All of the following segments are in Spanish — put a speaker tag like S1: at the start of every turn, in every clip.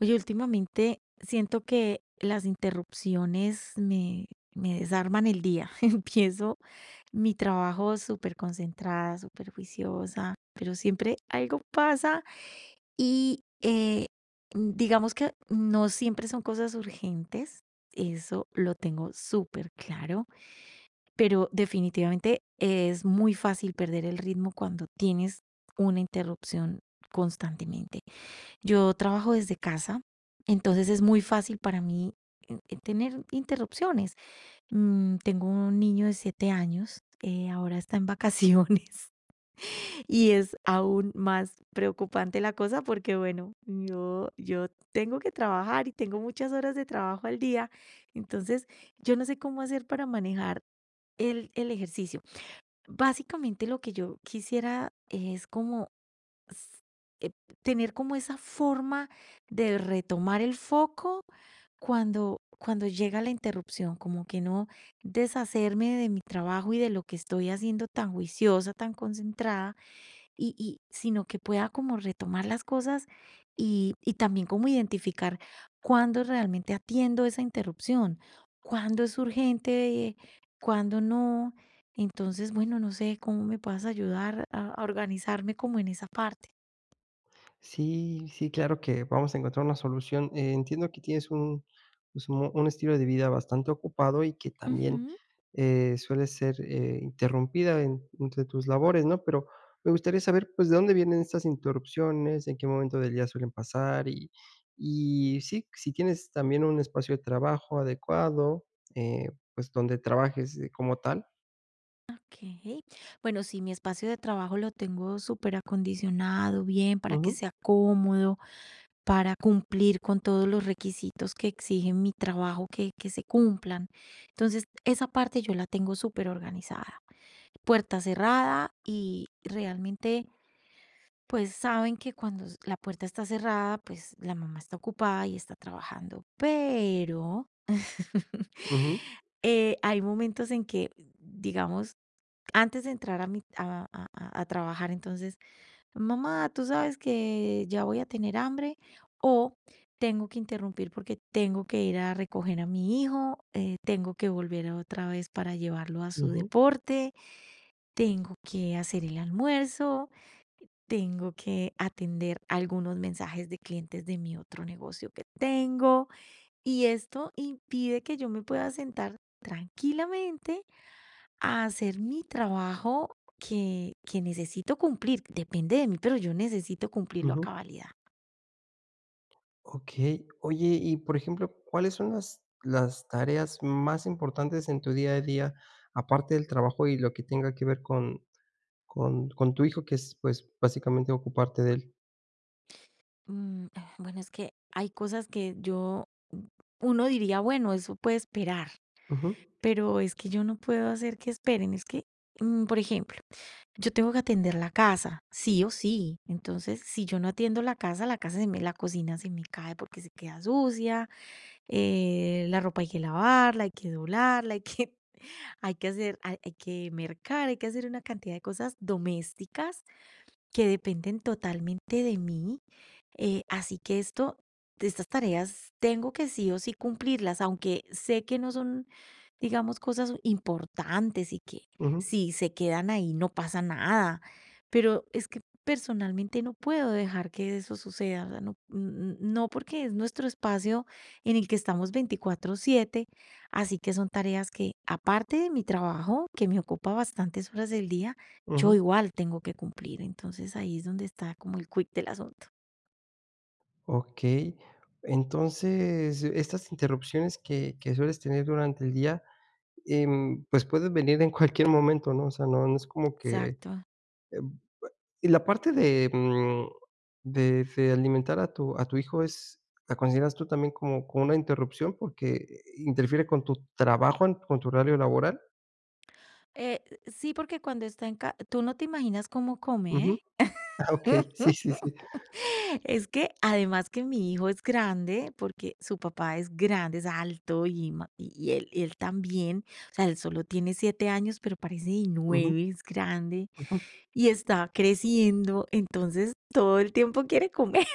S1: Oye, últimamente siento que las interrupciones me desarman el día. Empiezo mi trabajo súper concentrada, súper juiciosa, pero siempre algo pasa y digamos que no siempre son cosas urgentes, eso lo tengo súper claro, pero definitivamente es muy fácil perder el ritmo cuando tienes una interrupción constantemente. Yo trabajo desde casa, entonces es muy fácil para mí, tener interrupciones. Tengo un niño de 7 años, ahora está en vacaciones y es aún más preocupante la cosa porque, bueno, yo tengo que trabajar y tengo muchas horas de trabajo al día, entonces yo no sé cómo hacer para manejar el ejercicio. Básicamente lo que yo quisiera es como s- eh, tener como esa forma de retomar el foco cuando llega la interrupción, como que no deshacerme de mi trabajo y de lo que estoy haciendo tan juiciosa, tan concentrada, sino que pueda como retomar las cosas y también como identificar cuándo realmente atiendo esa interrupción, cuándo es urgente, cuándo no. Entonces, bueno, no sé cómo me puedas ayudar a organizarme como en esa parte.
S2: Sí, sí, claro que vamos a encontrar una solución. Entiendo que tienes un, pues, un estilo de vida bastante ocupado y que también
S1: Ujú,
S2: suele ser interrumpida entre tus labores, ¿no? Pero me gustaría saber, pues, de dónde vienen estas interrupciones, en qué momento del día suelen pasar y sí, si tienes también un espacio de trabajo adecuado, pues, donde trabajes como tal.
S1: okey. Bueno, sí, mi espacio de trabajo lo tengo súper acondicionado bien, para que
S2: Ujú,
S1: sea cómodo, para cumplir con todos los requisitos que exigen mi trabajo que se cumplan. Entonces, esa parte yo la tengo súper organizada, puerta cerrada y realmente, pues, saben que cuando s la puerta está cerrada, pues, la mamá está ocupada y está trabajando. Pero,
S2: ujú,
S1: hay momentos en que, digamos, antes de entrar a mi a trabajar, entonces: "Mamá, tú sabes que ya voy a tener hambre", o tengo que interrumpir porque tengo que ir a recoger a mi hijo, tengo que volver otra vez para llevarlo a su
S2: ujú,
S1: deporte, tengo que hacer el almuerzo, tengo que atender algunos mensajes de clientes de mi otro negocio que tengo, y esto impide que yo me pueda sentar tranquilamente a hacer mi trabajo que necesito cumplir. Depende de mí, pero yo necesito cumplirlo a
S2: ujú.
S1: cabalidad.
S2: Okey. Oye, y por ejemplo, ¿cuáles son las tareas más importantes en tu día a día, aparte del trabajo y lo que tenga que ver con con tu hijo, que es, pues, básicamente ocuparte de él?
S1: Bueno, es que hay cosas que yo, uno diría, bueno, eso puede esperar,
S2: Ujú,
S1: pero es que yo no puedo hacer que esperen. Es que, por ejemplo, yo tengo que atender la casa, sí o sí. Entonces, si yo no atiendo la casa, la cocina se me cae porque se queda sucia, la ropa hay que lavarla, hay que doblarla, hay que hacer, hay que mercar, hay que hacer una cantidad de cosas domésticas que dependen totalmente de mí. Eh, así que esto, estas tareas tengo que sí o sí cumplirlas, aunque sé que no son, digamos, cosas importantes y que
S2: ujú,
S1: si se quedan ahí no pasa nada. Pero es que personalmente no puedo dejar que eso suceda. O sea, no, no porque es nuestro espacio en el que estamos 24/7. Así que son tareas que, aparte de mi trabajo, que me ocupa bastantes horas del día, yo
S2: ujú.
S1: igual tengo que cumplir, entonces ahí es donde está como el quick del asunto.
S2: Okey. Entonces, estas interrupciones que sueles tener durante el día, pues, pueden venir en cualquier momento, ¿no? O sea, no es como que,
S1: Exacto.
S2: eh. Y la parte de, mm, de alimentar a tu hijo es, ¿la consideras tú también como como una interrupción porque interfiere con tu trabajo, en con tu horario laboral?
S1: Sí, porque cuando está en casa, tú no te imaginas cómo
S2: Ujú.
S1: come,
S2: Ah,
S1: ¿eh?
S2: okey. Sí, sí, sí.
S1: Es que además que mi hijo es grande, porque su papá es grande, es alto y él también, o sea, él solo tiene 7 años, pero parece de
S2: Ujú,
S1: nueve, es grande
S2: ujú.
S1: y está creciendo, entonces todo el tiempo quiere comer.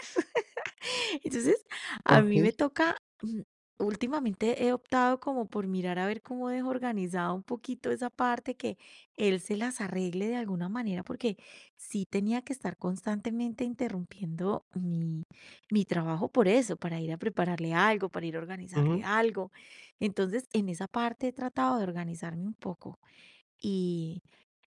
S1: Entonces, a mí me
S2: Okey.
S1: toca, mm, últimamente he optado como por mirar a ver cómo dejo organizado un poquito esa parte, que él se las arregle de alguna manera, porque sí tenía que estar constantemente interrumpiendo mi trabajo por eso, para ir a prepararle algo, para ir a organizarle
S2: Ujú,
S1: algo. Entonces, en esa parte he tratado de organizarme un poco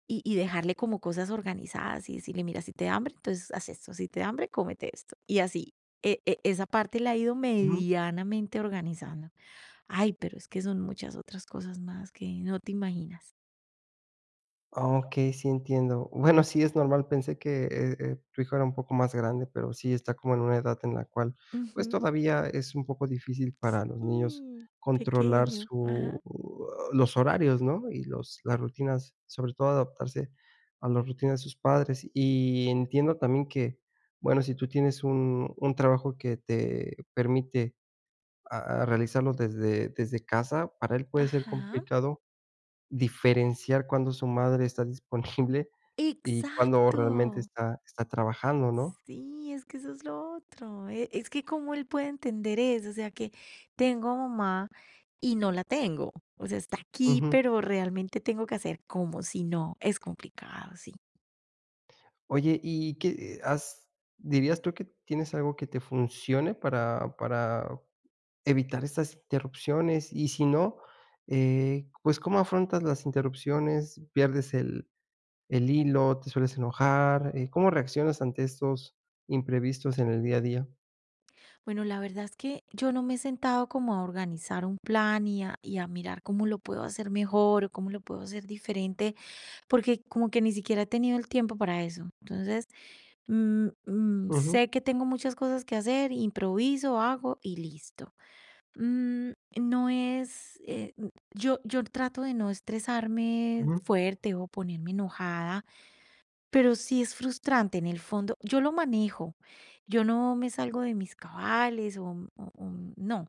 S1: y dejarle como cosas organizadas y decirle: "Mira, si te da hambre, entonces haz esto, si te da hambre, cómete esto". Y así, esa parte la he ido
S2: ujú.
S1: medianamente organizando. Ay, pero es que son muchas otras cosas más que no te imaginas.
S2: Okey, sí entiendo. Bueno, sí es normal, pensé que, tu hijo era un poco más grande, pero sí está como en una edad en la cual, pues,
S1: Ujú.
S2: todavía es un poco difícil para los niños
S1: Sí,
S2: controlar
S1: pequeño. Ajá.
S2: su, los horarios, ¿no? Y los, las rutinas, sobre todo adaptarse a las rutinas de sus padres. Y entiendo también que, bueno, si tú tienes un trabajo que te permite a realizarlo desde casa, para él puede ser
S1: Ajá.
S2: complicado diferenciar cuando su madre está disponible y cuando realmente
S1: Exacto.
S2: está está trabajando, ¿no?
S1: Sí, es que eso es lo otro. Es que cómo él puede entender eso, o sea que tengo a mamá y no la tengo. O sea, está aquí,
S2: Ujú.
S1: pero realmente tengo que hacer como si no. Es complicado, sí.
S2: Oye, ¿y qué has, dirías tú que tienes algo que te funcione para evitar estas interrupciones? Y si no, pues, ¿cómo afrontas las interrupciones? ¿Pierdes el hilo? ¿Te sueles enojar? ¿Cómo reaccionas ante estos imprevistos en el día a día?
S1: Bueno, la verdad es que yo no me he sentado como a organizar un plan y y a mirar cómo lo puedo hacer mejor o cómo lo puedo hacer diferente, porque como que ni siquiera he tenido el tiempo para eso. Entonces,
S2: Ujú,
S1: sé que tengo muchas cosas que hacer, improviso, hago y listo. Mm, no es, n- yo, trato de no estresarme
S2: ujú,
S1: fuerte o ponerme enojada, pero sí es frustrante en el fondo. Yo lo manejo, yo no me salgo de mis cabales o no,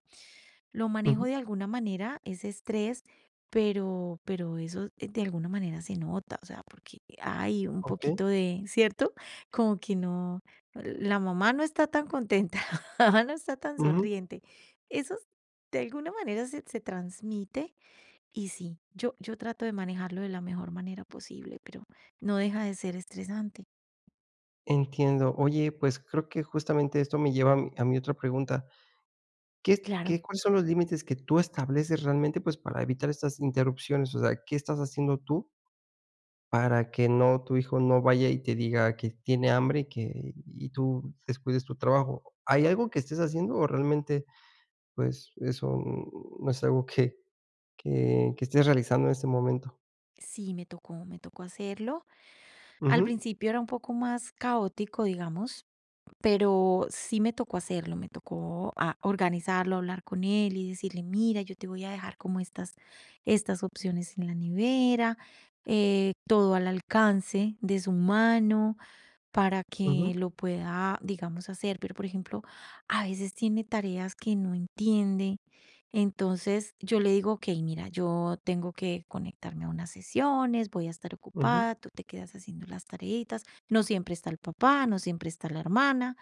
S1: lo manejo
S2: ujú.
S1: de alguna manera, ese estrés, pero eso de alguna manera se nota, o sea, porque hay un
S2: Okey.
S1: poquito de ¿cierto? Como que no la mamá no está tan contenta, la mamá no está tan
S2: Ujú.
S1: sonriente. Eso s- de alguna manera se transmite y sí, yo trato de manejarlo de la mejor manera posible, pero no deja de ser estresante.
S2: Entiendo. Oye, pues, creo que justamente esto me lleva a mi otra pregunta, ¿qué es,
S1: Claro,
S2: qué, cuáles son los límites que tú estableces realmente, pues, para evitar estas interrupciones? O sea, ¿qué estás haciendo tú para que no, tu hijo no vaya y te diga que tiene hambre y que, y tú descuides tu trabajo? ¿Hay algo que estés haciendo o realmente, pues, eso no es algo que que estés realizando en este momento?
S1: sí, me tocó hacerlo. Al
S2: Ujú,
S1: principio era un poco más caótico, digamos. Pero sí me tocó hacerlo, me tocó, ah, organizarlo, hablar con él y decirle: "Mira, yo te voy a dejar como estas opciones en la nevera, todo al alcance de su mano para
S2: ujú,
S1: que lo pueda, digamos, hacer". Pero, por ejemplo, a veces tiene tareas que no entiende. Entonces, yo le digo: "Okey, mira, yo tengo que conectarme a unas sesiones, voy a estar
S2: ujú,
S1: ocupada, tú te quedas haciendo las tareitas". No siempre está el papá, no siempre está la hermana.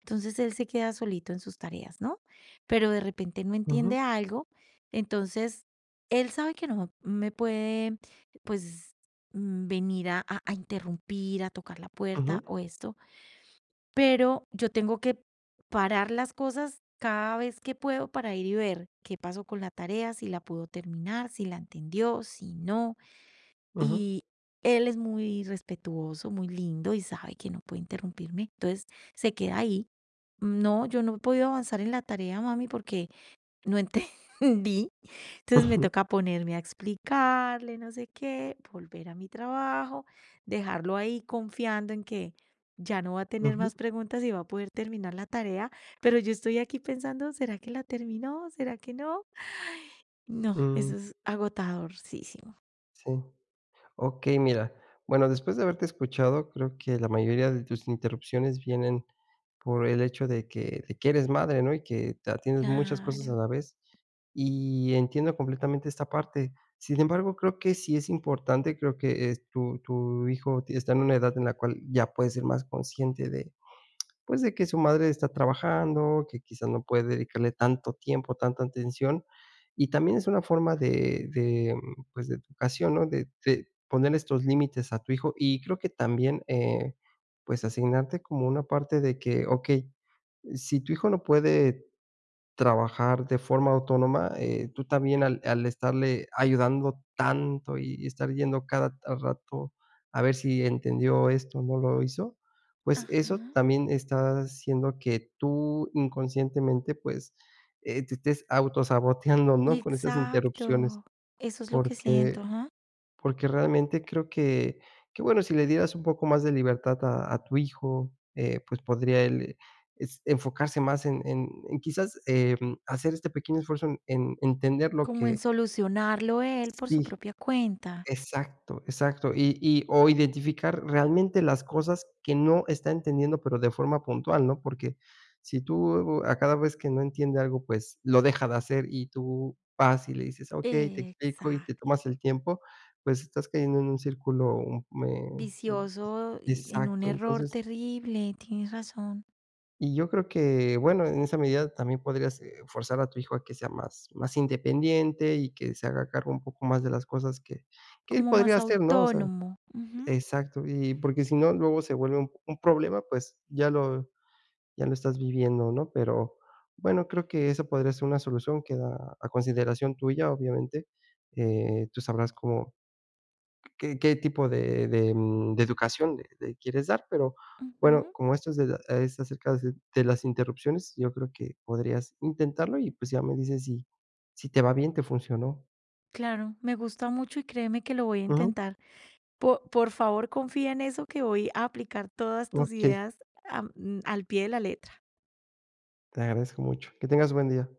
S1: Entonces él se queda solito en sus tareas, ¿no? Pero de repente no
S2: ujú,
S1: entiende algo, entonces él sabe que no me puede, pues, venir a interrumpir, a tocar la puerta
S2: ujú,
S1: o esto, pero yo tengo que parar las cosas cada vez que puedo para ir y ver qué pasó con la tarea, si la pudo terminar, si la entendió, si no.
S2: ujú,
S1: Y él es muy respetuoso, muy lindo y sabe que no puede interrumpirme. Entonces se queda ahí. No, yo no he podido avanzar en la tarea, mami, porque no entendí. Entonces me
S2: ujú,
S1: toca ponerme a explicarle, no sé qué, volver a mi trabajo, dejarlo ahí confiando en que ya no va a tener
S2: ujú, ujú,
S1: más preguntas y va a poder terminar la tarea. Pero yo estoy aquí pensando, ¿será que la terminó? ¿Será que no? No,
S2: mm,
S1: eso es agotadorcísimo.
S2: sí. Ok, mira, bueno, después de haberte escuchado, creo que la mayoría de tus interrupciones vienen por el hecho de que eres madre, ¿no? Y que te atiendes muchas cosas a
S1: Claro.
S2: la vez. Y entiendo completamente esta parte. Sin embargo, creo que sí es importante, creo que es tu, tu hijo está en una edad en la cual ya puede ser más consciente, pues, de que su madre está trabajando, que quizás no puede dedicarle tanto tiempo, tanta atención, y también es una forma de mm, pues, de educación, ¿no? De poner estos límites a tu hijo, y creo que también, pues, asignarte como una parte de que, okey, si tu hijo no puede trabajar de forma autónoma, tú también al estarle ayudando tanto y estar yendo cada rato a ver si entendió esto, no lo hizo, pues eso
S1: Ajá.
S2: también está haciendo que tú inconscientemente, pues, te estés autosaboteando, ¿no? Con esas interrupciones,
S1: Exacto, eso es lo que siento,
S2: porque
S1: ajá,
S2: realmente creo que bueno, si le dieras un poco más de libertad a tu hijo, pues podría él es enfocarse más en en quizás, em, hacer este pequeño esfuerzo en entender lo
S1: como en
S2: que
S1: solucionarlo él por su
S2: sí.
S1: propia cuenta.
S2: Exacto, exacto. Y o identificar realmente las cosas que no está entendiendo, pero de forma puntual, ¿no? Porque si tú a cada vez que no entiende algo, pues lo deja de hacer y tú vas y le dices: "Okey, te explico", y te
S1: Exacto,
S2: tomas el tiempo, pues estás cayendo en un círculo, mm,
S1: vicioso y en un
S2: exacto.
S1: error
S2: Entonces,
S1: terrible, tienes razón,
S2: y yo creo que, bueno, en esa medida también podrías, forzar a tu hijo a que sea más independiente y que se haga cargo un poco más de las cosas que él
S1: como
S2: podría
S1: más
S2: hacer, ¿no? O sea.
S1: autónomo. Ujú,
S2: Exacto, y porque si no, luego se vuelve un problema, pues, ya lo estás viviendo, ¿no? Pero, bueno, creo que esa podría ser una solución, queda a consideración tuya, obviamente, tú sabrás cómo, qué tipo de mm, de educación le quieres dar, pero, bueno,
S1: ujú.
S2: como esto es de la es acerca de las interrupciones, yo creo que podrías intentarlo y, pues, ya me dices si si te va bien, te funcionó.
S1: Claro, me gusta mucho y créeme que lo voy a
S2: Ujú,
S1: intentar. Por favor, confía en eso que voy a aplicar todas tus
S2: okey,
S1: ideas al pie de la letra.
S2: te agradezco mucho. Que tengas buen día.